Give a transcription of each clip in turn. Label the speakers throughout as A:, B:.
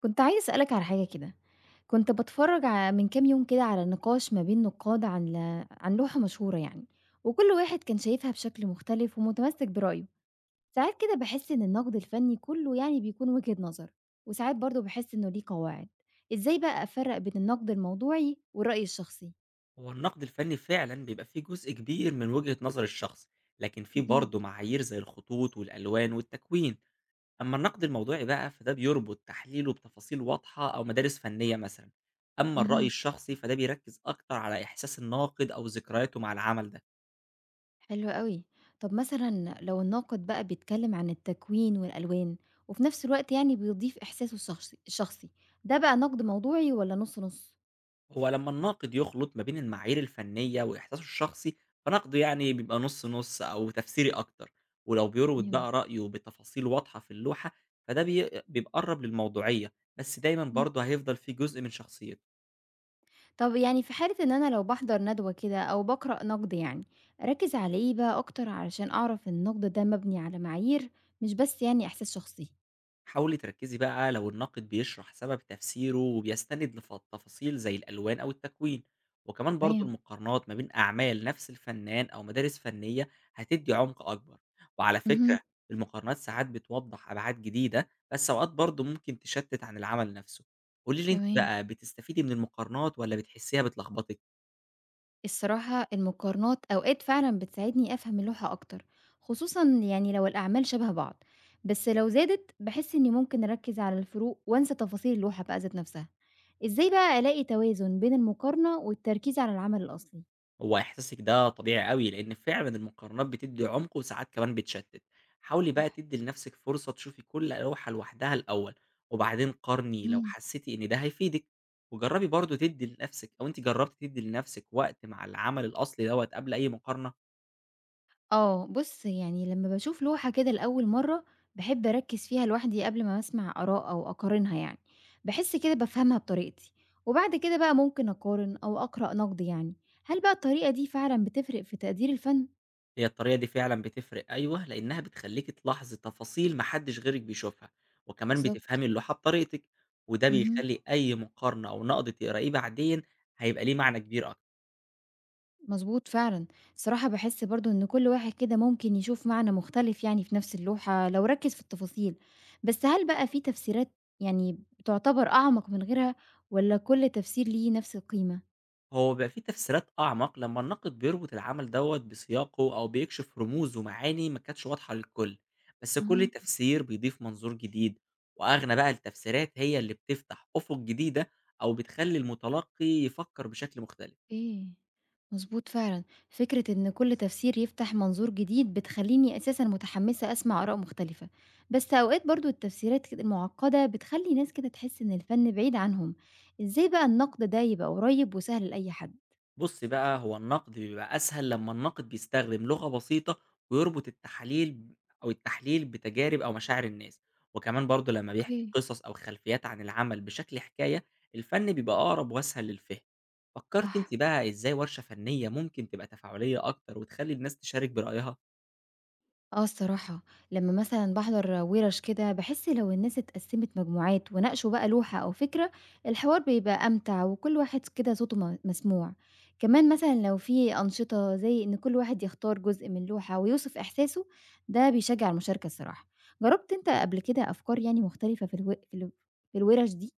A: كنت عايزة أسألك على حاجة كده، كنت باتفرّج ع من كام يوم كده على نقاش ما بين نقاد عن لوحة مشهورة يعني، وكل واحد كان شايفها بشكل مختلف ومتمسك برأيه، ساعات كده باحس إن النقد الفني كله يعني بيكون وجهة نظر، وساعات برضه باحس إنه ليه قواعد، إزاي بقى أفرّق بين النقد الموضوعي والرأي الشخصي؟
B: هو النقد الفني فعلا بيبقى فيه جزء كبير من وجهة نظر الشخص، لكن فيه
A: اهم.
B: برضه معايير زي الخطوط والألوان والتكوين. أما النقد الموضوعي بقى فده بيربط تحليله بتفاصيل واضحة أو مدارس فنية مثلا. أما الرأي
A: اهم.
B: الشخصي فده بيركز أكتر على إحساس الناقد أو ذكرياته مع العمل ده.
A: حلو أوي. طب مثلًا لو الناقد بقى بيتكلم عن التكوين والألوان، وفي نفس الوقت يعني بيضيف إحساسه الشخصي، ده بقى نقد موضوعي والّا نُص، نُص؟
B: هو لمّا الناقد يخلط ما بين المعايير الفنية وإحساسه الشخصي، فنقده يعني بيبقى نُص، نُص أو تفسيري أكتر، ولو بيروِض
A: تمام.
B: بقى رأيه بتفاصيل واضحة في اللوحة، فده بيبقرّب للموضوعية، بس دايمًا
A: إمم.
B: برضه هيفضل في جزء من شخصيته.
A: طب يعني في حالة إن أنا لو باحضر ندوة كده أو باقرأ نقد يعني، أركّز على إيه بقى أكتر علشان أعرف إن النقد ده مبني على معايير مش بس يعني إحساس شخصي؟
B: حاولي تركزي بقى لو الناقد بيشرح سبب تفسيره وبيستند لتفاصيل زي الألوان أو التكوين، وكمان برضو
A: تمام.
B: المقارنات ما بين أعمال نفس الفنان أو مدارس فنية هتدي عمق أكبر. وعلى فكرة،
A: اهم.
B: المقارنات ساعات بتوضح أبعاد جديدة بس أوقات برضو ممكن تشتت عن العمل نفسه. قولي لي أنت
A: تمام.
B: بقى، بتستفيدي من المقارنات ولا بتحسيها بتلخبطك؟
A: الصراحة المقارنات أوقات فعلًا بتساعدني أفهم اللوحة أكتر، خصوصًا يعني لو الأعمال شبه بعض، بس لو زادت باحس إني ممكن أركز على الفروق وأنسى تفاصيل اللوحة بقى ذات نفسها. إزاي بقى ألاقي توازن بين المقارنة والتركيز على العمل الأصلي؟
B: هو إحساسِك ده طبيعي أوي، لإن فعلًا المقارنات بتدّي عُمق وساعات كمان بتشتِّت. حاولي بقى
A: صح.
B: تدّي لنفسِك فرصة تشوفي كل لوحة لوحدها الأول، وبعدين قارني لو
A: إمم.
B: حسّيتِ إن ده هيفيدِك. وجرّبي برضه تدّي لنفسِك، أو أنتِ جرّبتِ تدّي لنفسِك وقت مع العمل الأصلي دوّة قبل أي مقارنة؟
A: آه، بُص يعني لمّا باشوف لوحة كده لأول مرّة، باحب أركّز فيها لوحدي قبل ما أسمع آراء أو أقارنها يعني، باحس كده بافهمها بطريقتي، وبعد كده بقى ممكن أقارن أو أقرأ نقد يعني، هل بقى الطريقة دي فعلًا بتفرق في تقدير الفن؟
B: هي الطريقة دي فعلًا بتفرق أيوه، لإنها بتخلّيكِ تلاحظي تفاصيل ما حدّش غيرِك بيشوفها، وكمان
A: بالضبط.
B: بتفهمي اللوحة بطريقتِك، وده
A: اهم.
B: بيخلّي أي مقارنة أو نقد تقرأيه بعدين هيبقى ليه معنى كبير أكتر.
A: مضبوط فعلًا، الصراحة باحس برضه إن كل واحد كده ممكن يشوف معنى مختلف يعني في نفس اللوحة لو ركّز في التفاصيل، بس هل بقى في تفسيرات يعني بتعتبر أعمق من غيرها والّا كل تفسير ليه نفس القيمة؟
B: هو بيبقى فيه تفسيرات أعمق لما الناقد بيربط العمل دوت بسياقه أو بيكشف رموز ومعاني ما كانتش واضحة للكل، بس كل
A: اهم.
B: تفسير بيضيف منظور جديد. وأغنى بقى التفسيرات هي اللي بتفتح أفق جديدة أو بتخلي المتلقي يفكر بشكل مختلف.
A: أوكي، مضبوط فعلًا، فكرة إن كل تفسير يفتح منظور جديد بتخلّيني أساسًا متحمسة أسمع آراء مختلفة، بس أوقات برضه التفسيرات كده المعقدة بتخلّي ناس كده تحس إن الفن بعيد عنهم، إزاي بقى النقد ده يبقى قريب وسهل لأي حد؟
B: بُصّي بقى، هو النقد بيبقى أسهل لمّا الناقد بيستخدم لغة بسيطة ويربط التحاليل أو التحليل بتجارب أو مشاعر الناس، وكمان برضه لمّا بيحكي
A: اوكي.
B: قصص أو خلفيات عن العمل بشكل حكاية، الفن بيبقى أقرب وأسهل للفهم. فكرتِ أنتِ
A: صح.
B: بقى إزاي ورشة فنية ممكن تبقى تفاعلية أكتر وتخلّي الناس تشارك برأيها؟
A: آه الصراحة، لمّا مثلًا باحضر وِرَش كده باحس لو الناس اتقسّمت مجموعات وناقشوا بقى لوحة أو فكرة، الحوار بيبقى أمتع وكل واحد كده صوته مسموع، كمان مثلًا لو في أنشطة زي إن كل واحد يختار جزء من لوحة ويوصف إحساسه، ده بيشجّع المشاركة الصراحة، جرّبت أنت قبل كده أفكار يعني مختلفة في الوِرَش دي؟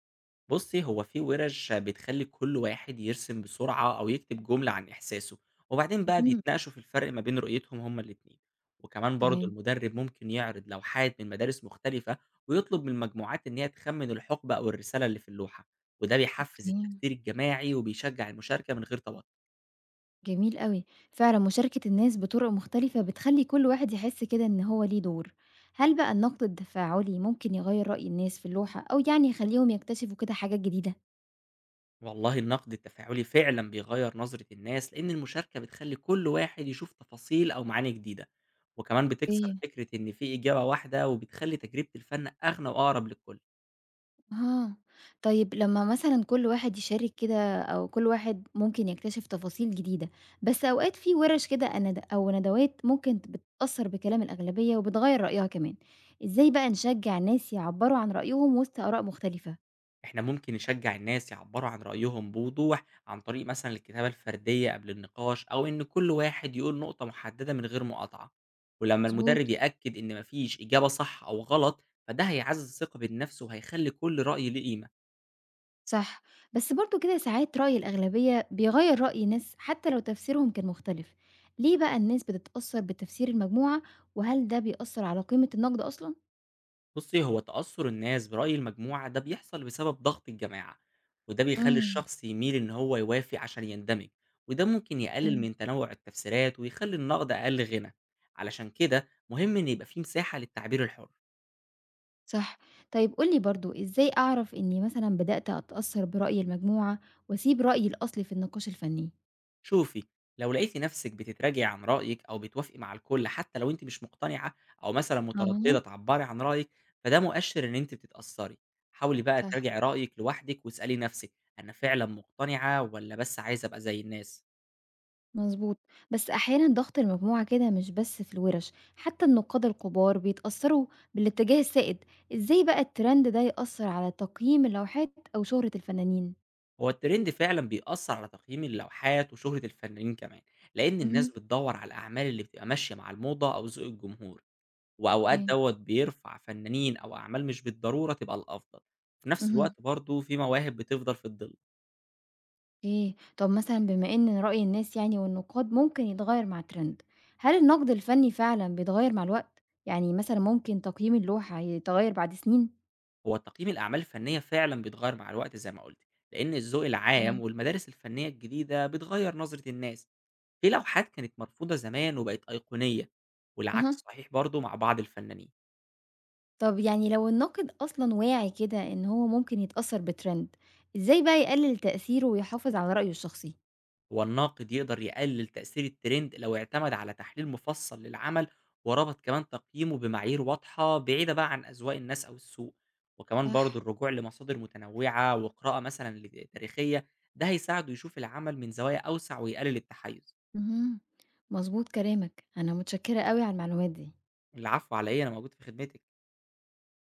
B: بُصّي، هو في وِرَش بتخلّي كل واحد يرسم بسرعة أو يكتب جملة عن إحساسه، وبعدين بقى
A: اهم.
B: بيتناقشوا في الفرق ما بين رؤيتهم هُم الاتنين. وكمان برضه
A: تمام.
B: المُدرِّب ممكن يعرض لوحات من مدارس مختلفة ويطلب من المجموعات إن هي تخمِّن الحُقبة أو الرسالة اللي في اللوحة، وده بيحفّز
A: أوكي.
B: التفكير الجماعي وبيشجّع المشاركة من غير توتر.
A: جميل أوي. فعلًا مشاركة الناس بطرق مختلفة بتخلّي كل واحد يحس كده إن هو ليه دور. هل بقى النقد التفاعلي ممكن يغيّر رأي الناس في اللوحة أو يعني يخلّيهم يكتشفوا كده حاجات جديدة؟
B: والله النقد التفاعلي فعلا بيغير نظرة الناس، لأن المشاركة بتخلي كل واحد يشوف تفاصيل أو معاني جديدة، وكمان بتكسر
A: إيه؟
B: فكرة إن في إجابة واحدة، وبتخلي تجربة الفن أغنى وأقرب للكل.
A: آه. طيب لمّا مثلًا كل واحد يشارك كده أو كل واحد ممكن يكتشف تفاصيل جديدة، بس أوقات في وِرِش كده أو ندوات ممكن بتتأثّر بكلام الأغلبية وبتغيّر رأيها كمان. إزاي بقى نشجّع الناس يعبّروا عن رأيهم وسط آراء مختلفة؟
B: إحنا ممكن نشجع الناس يعبروا عن رأيهم بوضوح عن طريق مثلا الكتابة الفردية قبل النقاش، أو إن كل واحد يقول نقطة محددة من غير مقاطعة. ولما المدرب
A: مضبوط.
B: يأكد إن مفيش إجابة صح أو غلط، فده هيعزز الثقة بالنفس وهيخلي كل رأي ليه قيمة.
A: صح، بس برضه كده ساعات رأي الأغلبية بيغيّر رأي ناس حتى لو تفسيرهم كان مختلف، ليه بقى الناس بتتأثّر بتفسير المجموعة، وهل ده بيأثّر على قيمة النقد أصلًا؟
B: بُصّي، هو تأثُّر الناس برأي المجموعة ده بيحصل بسبب ضغط الجماعة، وده بيخلّي
A: امم.
B: الشخص يميل إن هو يوافق عشان يندمج، وده ممكن يقلل
A: أيوه.
B: من تنوُع التفسيرات ويخلّي النقد أقل غِنى. علشان كده مهم إن يبقى في مساحة للتعبير الحُر.
A: صح، طيب قُل لي برضه إزاي أعرف إني مثلًا بدأت أتأثّر برأي المجموعة وأسيب رأيي الأصلي في النقاش الفني؟
B: شوفي، لو لقيتِ نَفْسِك بتتراجعي عن رأيِك أو بتوافقي مع الكل حتى لو أنتِ مش مقتنعة، أو مثلًا متردّدة
A: أها.
B: تعبّري عن رأيِك، فده مؤشِّر إن أنتِ بتتأثّري. حاولي بقى
A: صح.
B: تراجعي رأيِك لوحدِك واسألي نَفْسِك: أنا فعلًا مقتنعة والّا بس عايزة أبقى زي الناس؟
A: مضبوط، بس أحيانًا ضغط المجموعة كده مش بس في الورش، حتى النقاد الكبار بيتأثروا بالاتجاه السائد، إزاي بقى الtrend ده يأثر على تقييم اللوحات أو شهرة الفنانين؟
B: هو الترند فعلًا بيأثّر على تقييم اللوحات وشهرة الفنانين كمان، لإن الناس
A: اهم.
B: بتدوّر على الأعمال اللي بتبقى ماشية مع الموضة أو ذوق الجمهور، وأوقات
A: أوكي.
B: دوّة بيرفع فنانين أو أعمال مش بالضرورة تبقى الأفضل. في نفس
A: اهم.
B: الوقت برضه في مواهب بتفضل في الضِل.
A: أوكي، طب مثلًا بما إن رأي الناس يعني والنقاد ممكن يتغير مع الtrend، هل النقد الفني فعلًا بيتغير مع الوقت؟ يعني مثلًا ممكن تقييم اللوحة يتغير بعد سنين؟
B: هو تقييم الأعمال الفنية فعلًا بيتغيّر مع الوقت زي ما قُلت، لإن الذوق العام
A: أوكي.
B: والمدارس الفنية الجديدة بتغيّر نظرة الناس. في لوحات كانت مرفوضة زمان وبقت أيقونية، والعكس
A: أها.
B: صحيح برضه مع بعض الفنانين.
A: طب يعني لو الناقد أصلًا واعي كده إن هو ممكن يتأثّر بtrend، إزاي بقى يقلل تأثيره ويحافظ على رأيه الشخصي؟
B: هو الناقد يقدر يقلل تأثير الترند لو اعتمد على تحليل مفصل للعمل، وربط كمان تقييمه بمعايير واضحة بعيدة بقى عن أذواق الناس أو السوق. وكمان برضه
A: صح.
B: الرجوع لمصادر متنوعة وقراءة مثلا تاريخية، ده هيساعده يشوف العمل من زوايا أوسع ويقلل التحيز.
A: اهم، مضبوط كلامك، أنا متشكرة أوي على المعلومات دي.
B: العفو، عليا أنا موجود في خدمتك.